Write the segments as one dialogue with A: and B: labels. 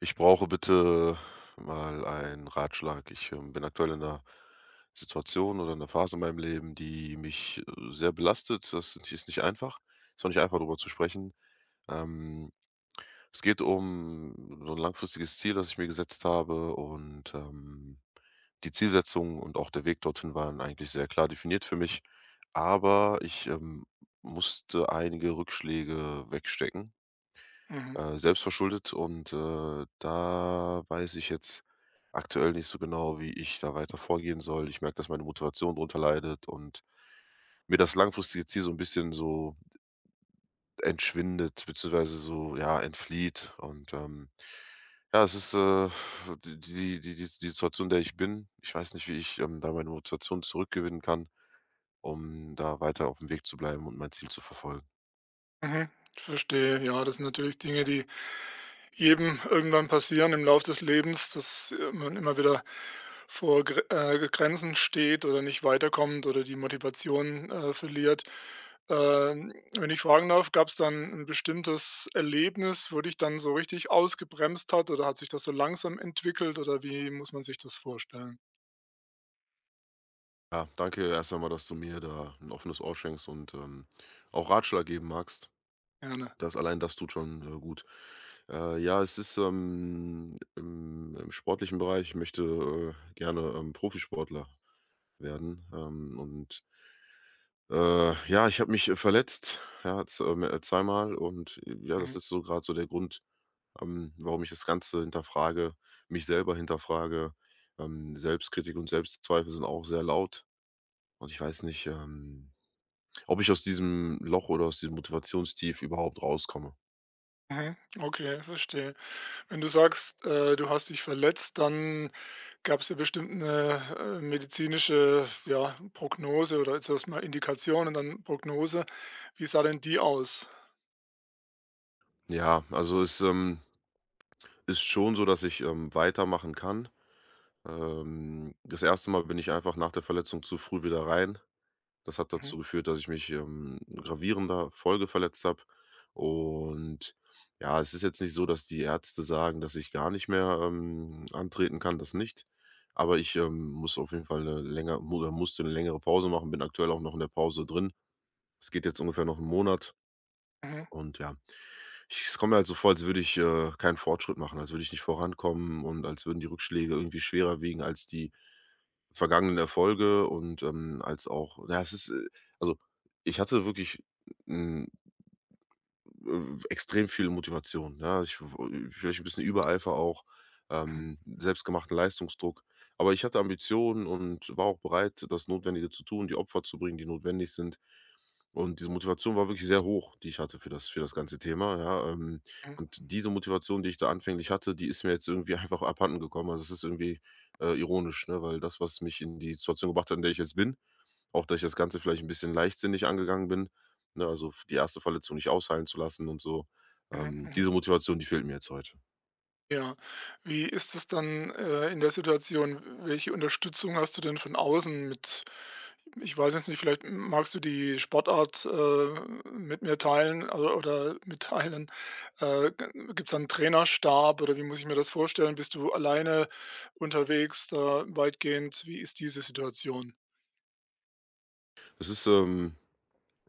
A: Ich brauche bitte mal einen Ratschlag. Ich, bin aktuell in einer Situation oder in einer Phase in meinem Leben, die mich, sehr belastet. Das die ist nicht einfach. Ist auch nicht einfach, darüber zu sprechen. Ähm, Es geht um so ein langfristiges Ziel, das ich mir gesetzt habe, und, die Zielsetzung und auch der Weg dorthin waren eigentlich sehr klar definiert für mich, aber ich, musste einige Rückschläge wegstecken.
B: Mhm,
A: Selbstverschuldet, und, da weiß ich jetzt aktuell nicht so genau, wie ich da weiter vorgehen soll. Ich merke, dass meine Motivation drunter leidet und mir das langfristige Ziel so ein bisschen so entschwindet beziehungsweise so, ja, entflieht, und, ja, es ist, die Situation, in der ich bin. Ich weiß nicht, wie ich, da meine Motivation zurückgewinnen kann, um da weiter auf dem Weg zu bleiben und mein Ziel zu verfolgen.
B: mhm. Verstehe. Ja, das sind natürlich Dinge, die jedem irgendwann passieren im Laufe des Lebens, dass man immer wieder vor Grenzen steht oder nicht weiterkommt oder die Motivation verliert. Wenn ich fragen darf, gab es dann ein bestimmtes Erlebnis, wo dich dann so richtig ausgebremst hat oder hat sich das so langsam entwickelt oder wie muss man sich das vorstellen?
A: Ja, danke erst einmal, dass du mir da ein offenes Ohr schenkst und, auch Ratschlag geben magst.
B: Gerne.
A: Das allein das tut schon, gut. Ja, es ist, im sportlichen Bereich ich möchte, gerne, Profisportler werden, und, ja, ich habe mich, verletzt, ja, z zweimal, und, ja, das
B: Mhm,
A: ist so gerade so der Grund, warum ich das Ganze hinterfrage, mich selber hinterfrage. Selbstkritik und Selbstzweifel sind auch sehr laut, und ich weiß nicht, ob ich aus diesem Loch oder aus diesem Motivationstief überhaupt rauskomme.
B: mhm. Okay, verstehe. Wenn du sagst, du hast dich verletzt, dann gab es ja bestimmt 'ne, medizinische, ja, Prognose oder zuerst mal Indikation und dann Prognose. Wie sah denn die aus?
A: Ja, also es, ist schon so, dass ich, weitermachen kann. Das erste Mal bin ich einfach nach der Verletzung zu früh wieder rein. Das hat
B: Mhm,
A: dazu geführt, dass ich mich, gravierender Folge verletzt habe. Und ja, es ist jetzt nicht so, dass die Ärzte sagen, dass ich gar nicht mehr, antreten kann, das nicht. Aber ich, muss auf jeden Fall eine länger mu oder musste 'ne längere Pause machen, bin aktuell auch noch in der Pause drin. Es geht jetzt ungefähr noch einen Monat.
B: mhm,
A: Und ja, ich es kommt mir halt so vor, als würde ich, keinen Fortschritt machen, als würde ich nicht vorankommen und als würden die Rückschläge irgendwie schwerer wiegen als die vergangenen Erfolge, und, als auch ja, es ist, also, ich hatte wirklich hm, extrem viel Motivation, ja. Ich w Vielleicht ein bisschen Übereifer auch,
B: mhm,
A: selbstgemachten Leistungsdruck. Aber ich hatte Ambitionen und war auch bereit, das Notwendige zu tun, die Opfer zu bringen, die notwendig sind. Und diese Motivation war wirklich sehr hoch, die ich hatte für das ganze Thema, ja.
B: mhm,
A: Und diese Motivation, die ich da anfänglich hatte, die ist mir jetzt irgendwie einfach abhanden gekommen. Also, es ist irgendwie, ironisch, ne, weil das, was mich in die Situation gebracht hat, in der ich jetzt bin, auch, dass ich das Ganze vielleicht ein bisschen leichtsinnig angegangen bin, ne, also die erste Verletzung nicht ausheilen zu lassen und so.
B: mhm, mhm.
A: Diese Motivation, die fehlt mir jetzt heute.
B: Ja. Wie ist es dann, in der Situation? Welche Unterstützung hast du denn von außen mit? Ich weiß jetzt nicht, vielleicht magst du die Sportart, mit mir teilen, also oder mitteilen. G Gibt's da Trainerstab oder wie muss ich mir das vorstellen? Bist du alleine unterwegs da weitgehend? Wie ist diese Situation?
A: Es ist,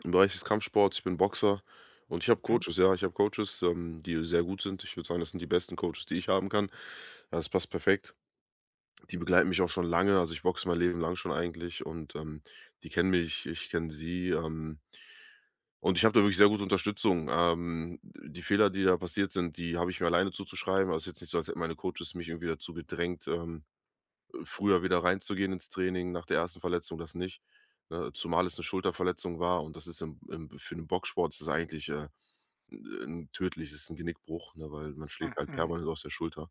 A: im Bereich des Kampfsports, ich bin Boxer, und ich habe
B: Mhm,
A: Coaches, ja. Ich habe Coaches, die sehr gut sind. Ich würde sagen, das sind die besten Coaches, die ich haben kann. Ja, das passt perfekt. Die begleiten mich auch schon lange, also ich boxe mein Leben lang schon eigentlich, und, die kennen mich, ich kenne sie, und ich habe da wirklich sehr gute Unterstützung. Die Fehler, die da passiert sind, die habe ich mir alleine zuzuschreiben. Also, es ist jetzt nicht so, als hätten meine Coaches mich irgendwie dazu gedrängt, früher wieder reinzugehen ins Training nach der ersten Verletzung, das nicht, ne? Zumal es eine Schulterverletzung war, und das ist im im für den Boxsport ist es eigentlich, 'n tödlich ist 'n Genickbruch, ne, weil man
B: mhm,
A: schlägt halt
B: mhm,
A: permanent aus der Schulter.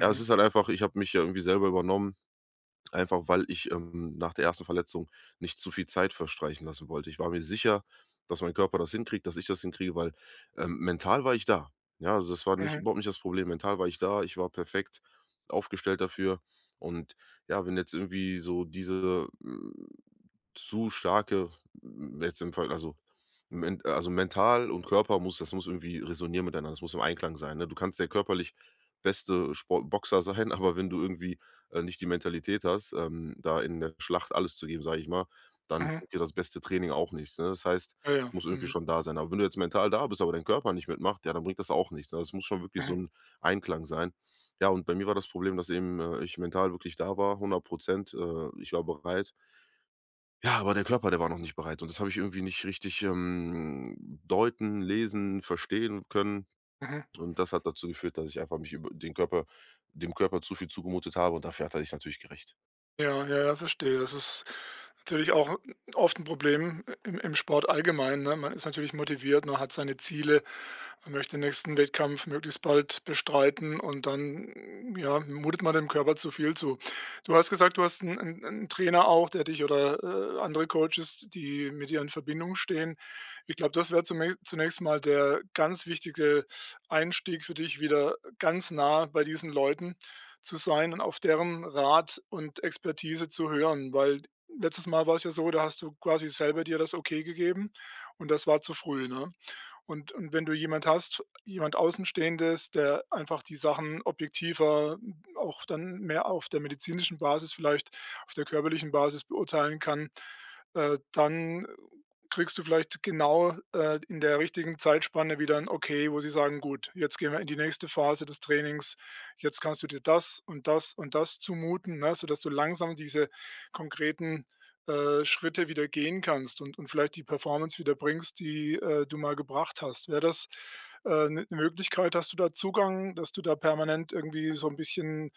A: Ja, es ist halt einfach ich habe mich ja irgendwie selber übernommen. Einfach weil ich, nach der ersten Verletzung nicht zu viel Zeit verstreichen lassen wollte. Ich war mir sicher, dass mein Körper das hinkriegt, dass ich das hinkriege, weil, mental war ich da. Ja, also das war nicht
B: mhm,
A: überhaupt nicht das Problem. Mental war ich da, ich war perfekt aufgestellt dafür. Und ja, wenn jetzt irgendwie so diese, zu starke jetzt im Fall also mental und Körper muss irgendwie resonieren miteinander. Das muss im Einklang sein, ne? Du kannst der körperlich beste Sport Boxer sein, aber wenn du irgendwie nicht die Mentalität hast, da in der Schlacht alles zu geben, sage ich mal, dann
B: mhm.
A: bringt dir das beste Training auch nichts, ne? Das heißt,
B: Ja,
A: es
B: ja.
A: muss irgendwie
B: Mhm,
A: schon da sein. Aber wenn du jetzt mental da bist, aber dein Körper nicht mitmacht, ja, dann bringt das auch nichts, ne? Das muss schon wirklich so
B: mhm,
A: ein Einklang sein. Ja, und bei mir war das Problem, dass eben, ich mental wirklich da war, 100 ich war bereit. Ja, aber der Körper, der war noch nicht bereit, und das habe ich irgendwie nicht richtig, deuten, lesen, verstehen können,
B: mhm.
A: und das hat dazu geführt, dass ich einfach mich über den Körper dem Körper zu viel zugemutet habe, und dafür hat er sich natürlich gerecht.
B: Ja, ja, ja, verstehe. Das ist natürlich auch oft ein Problem im Sport allgemein, ne? Man ist natürlich motiviert, man hat seine Ziele, man möchte den nächsten Wettkampf möglichst bald bestreiten und dann, ja, mutet man dem Körper zu viel zu. Du hast gesagt, du hast einen 'n 'n Trainer auch, der dich oder, andere Coaches, die mit dir in Verbindung stehen. Ich glaube, das wäre zume zunächst mal der ganz wichtige Einstieg für dich, wieder ganz nah bei diesen Leuten zu sein und auf deren Rat und Expertise zu hören, weil letztes Mal war es ja so, da hast du quasi selber dir das Okay gegeben und das war zu früh, ne? Und wenn du jemand hast, jemand Außenstehendes, der einfach die Sachen objektiver, auch dann mehr auf der medizinischen Basis vielleicht, auf der körperlichen Basis beurteilen kann, dann kriegst du vielleicht genau, in der richtigen Zeitspanne wieder ein Okay, wo sie sagen: „Gut, jetzt gehen wir in die nächste Phase des Trainings. Jetzt kannst du dir das und das und das zumuten“, ne, sodass du langsam diese konkreten Schritte wieder gehen kannst und vielleicht die Performance wieder bringst, die, du mal gebracht hast. Wäre das, ne Möglichkeit? Hast du da Zugang, dass du da permanent irgendwie so ein bisschen,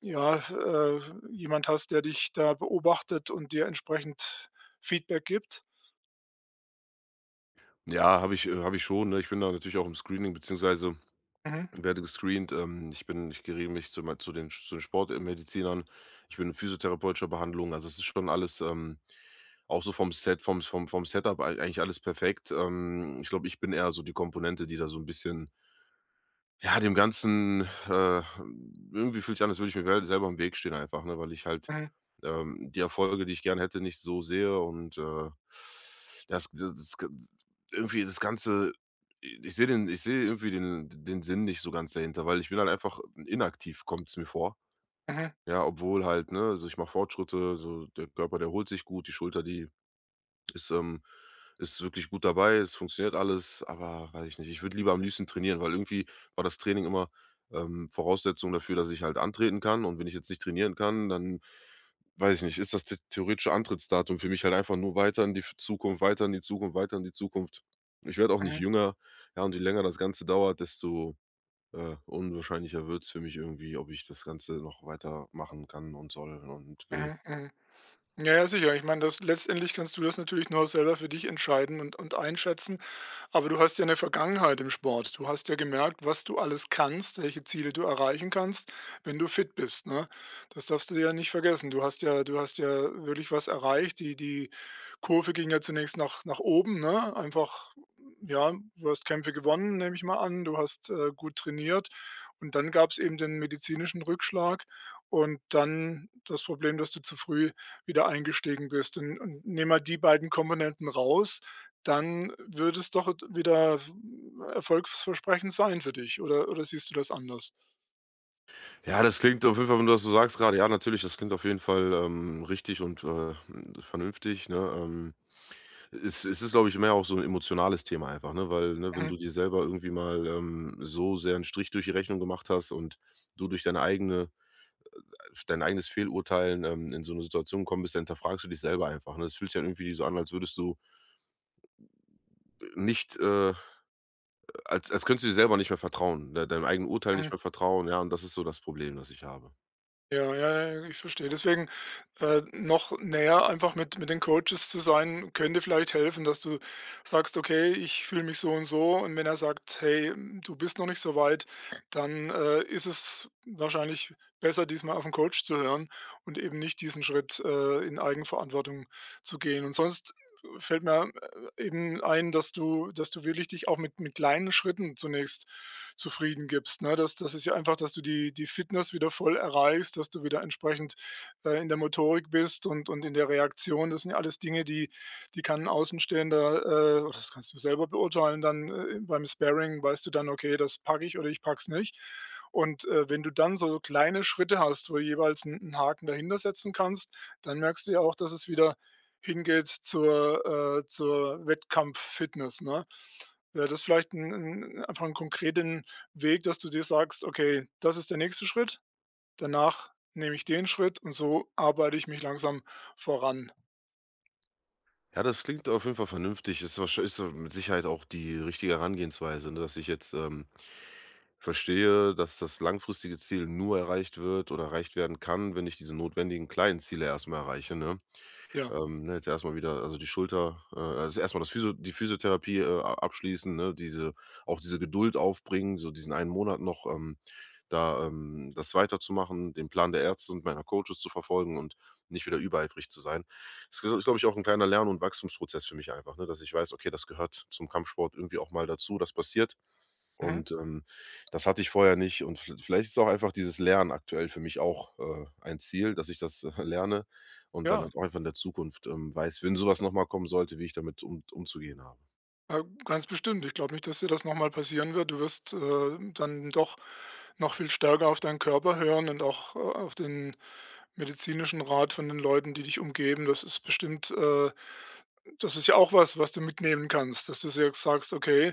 B: ja, jemand hast, der dich da beobachtet und dir entsprechend Feedback gibt?
A: Ja, habe ich habe ich schon, ne? Ich bin da natürlich auch im Screening beziehungsweise
B: Mhm.
A: werde gescreent. Ich bin ich gehe regelmäßig zu mei zu den Sportmedizinern. Ich bin in physiotherapeutischer Behandlung. Also, es ist schon alles, auch so vom Set vom vom vom Setup ei eigentlich alles perfekt. Ich glaube, ich bin eher so die Komponente, die da so ein bisschen ja, dem Ganzen, irgendwie fühlt sich an, als würde ich mir wel selber im Weg stehen einfach, ne, weil ich halt,
B: Mhm.
A: die Erfolge, die ich gern hätte, nicht so sehe, und, das irgendwie das Ganze ich sehe irgendwie den Sinn nicht so ganz dahinter, weil ich bin halt einfach inaktiv, kommt es mir vor.
B: Mhm.
A: Ja, obwohl halt, ne also, ich mache Fortschritte, so der Körper, der holt sich gut, die Schulter, die ist, ist wirklich gut dabei, es funktioniert alles, aber weiß ich nicht. Ich würde lieber am liebsten trainieren, weil irgendwie war das Training immer, Voraussetzung dafür, dass ich halt antreten kann, und wenn ich jetzt nicht trainieren kann, dann weiß ich nicht, ist das the theoretische Antrittsdatum für mich halt einfach nur weiter in die F Zukunft, weiter in die Zukunft, weiter in die Zukunft. Ich werde auch nicht
B: Mhm.
A: jünger, ja, und je länger das Ganze dauert, desto, unwahrscheinlicher wird es für mich irgendwie, ob ich das Ganze noch weiter machen kann und soll und will.
B: Mhm. Mhm. Mhm. Ja, ja, sicher. Ich meine, das letztendlich kannst du das natürlich nur selber für dich entscheiden und einschätzen. Aber du hast ja eine Vergangenheit im Sport. Du hast ja gemerkt, was du alles kannst, welche Ziele du erreichen kannst, wenn du fit bist, ne? Das darfst du ja nicht vergessen. Du hast ja wirklich was erreicht. Die Kurve ging ja zunächst nach oben, ne? Einfach ja, du hast Kämpfe gewonnen, nehme ich mal an. Du hast, gut trainiert und dann gab es eben den medizinischen Rückschlag und dann das Problem, dass du zu früh wieder eingestiegen bist und nimm mal die beiden Komponenten raus, dann würde es doch wieder erfolgsversprechend sein für dich oder siehst du das anders?
A: Ja, das klingt auf jeden Fall, wenn du das so sagst gerade. Ja, natürlich, das klingt auf jeden Fall, richtig und, vernünftig, ne? Es ist, glaube ich, mehr auch so ein emotionales Thema einfach, ne? Weil, ne, wenn
B: Mhm,
A: du dir selber irgendwie mal, so sehr einen Strich durch die Rechnung gemacht hast und du durch dein eigenes Fehlurteilen, in so eine Situation gekommen bist, dann hinterfragst du dich selber einfach, ne? Es fühlt sich dann irgendwie so an, als würdest du nicht, als könntest du dir selber nicht mehr vertrauen, de deinem eigenen Urteil nicht
B: mhm.
A: mehr vertrauen, ja, und das ist so das Problem, das ich habe.
B: Ja, ja, ja, ja, ich verstehe. Deswegen, noch näher einfach mit den Coaches zu sein, könnte vielleicht helfen, dass du sagst: „Okay, ich fühle mich so und so.“ Und wenn er sagt: „Hey, hm, du bist noch nicht so weit“, dann, ist es wahrscheinlich besser, diesmal auf 'n Coach zu hören und eben nicht diesen Schritt, in Eigenverantwortung zu gehen. Und sonst fällt mir, eben ein, dass du wirklich dich auch mit kleinen Schritten zunächst zufrieden gibst, ne? Das ist ja einfach, dass du die Fitness wieder voll erreichst, dass du wieder entsprechend, in der Motorik bist und in der Reaktion. Das sind ja alles Dinge, die die kann 'n Außenstehender, oder das kannst du selber beurteilen dann, beim Sparring weißt du dann: „Okay, das packe ich oder ich packe es nicht.“ Und, wenn du dann so kleine Schritte hast, wo du jeweils einen 'n Haken dahinter setzen kannst, dann merkst du ja auch, dass es wieder hingeht zur, zur Wettkampffitness, ne? Wäre das vielleicht ein 'n einfach 'n konkreten Weg, dass du dir sagst: „Okay, das ist der nächste Schritt, danach nehme ich den Schritt und so arbeite ich mich langsam voran.“
A: Ja, das klingt auf jeden Fall vernünftig. Ist so mit Sicherheit auch die richtige Herangehensweise, ne, dass ich jetzt, verstehe, dass das langfristige Ziel nur erreicht wird oder erreicht werden kann, wenn ich diese notwendigen kleinen Ziele erst mal erreiche, ne?
B: Ja.
A: Ne, jetzt erstmal wieder also die Schulter also erst das Physio die Physiotherapie, a abschließen, ne? Diese Auch diese Geduld aufbringen, so diesen einen Monat noch, da, das weiterzumachen, den Plan der Ärzte und meiner Coaches zu verfolgen und nicht wieder übereifrig zu sein. Das ist, glaube ich, auch ein kleiner Lern- und Wachstumsprozess für mich einfach, ne, dass ich weiß: „Okay, das gehört zum Kampfsport irgendwie auch mal dazu, das passiert.“
B: Mhm.
A: Und, das hatte ich vorher nicht, und vielleicht ist auch einfach dieses Lernen aktuell für mich auch, ein Ziel, dass ich das, lerne und dann
B: Ja.
A: halt auch einfach in der Zukunft, weiß, wenn sowas nochmal kommen sollte, wie ich damit um umzugehen habe.
B: Ganz bestimmt. Ich glaube nicht, dass dir das noch mal passieren wird. Du wirst, dann doch noch viel stärker auf deinen Körper hören und auch, auf den medizinischen Rat von den Leuten, die dich umgeben. Das ist bestimmt, das ist ja auch was, was du mitnehmen kannst, dass du s sagst: „Okay,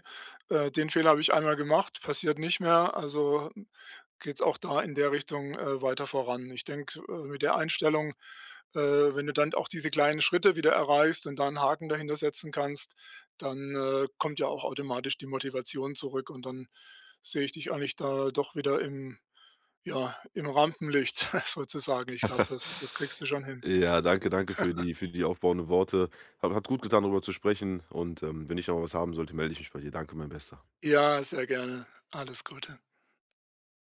B: den Fehler habe ich einmal gemacht, passiert nicht mehr, also hm, geht's auch da in der Richtung, weiter voran.“ Ich denke, mit der Einstellung, wenn du dann auch diese kleinen Schritte wieder erreichst und da 'n Haken dahinter setzen kannst, dann, kommt ja auch automatisch die Motivation zurück und dann sehe ich dich eigentlich da doch wieder im ja, im Rampenlicht sozusagen. Ich glaube, das kriegst du schon hin.
A: Ja, danke, danke für die aufbauenden Worte. Hat gut getan, darüber zu sprechen, und, wenn ich noch was haben sollte, melde ich mich bei dir. Danke, mein Bester.
B: Ja, sehr gerne. Alles Gute.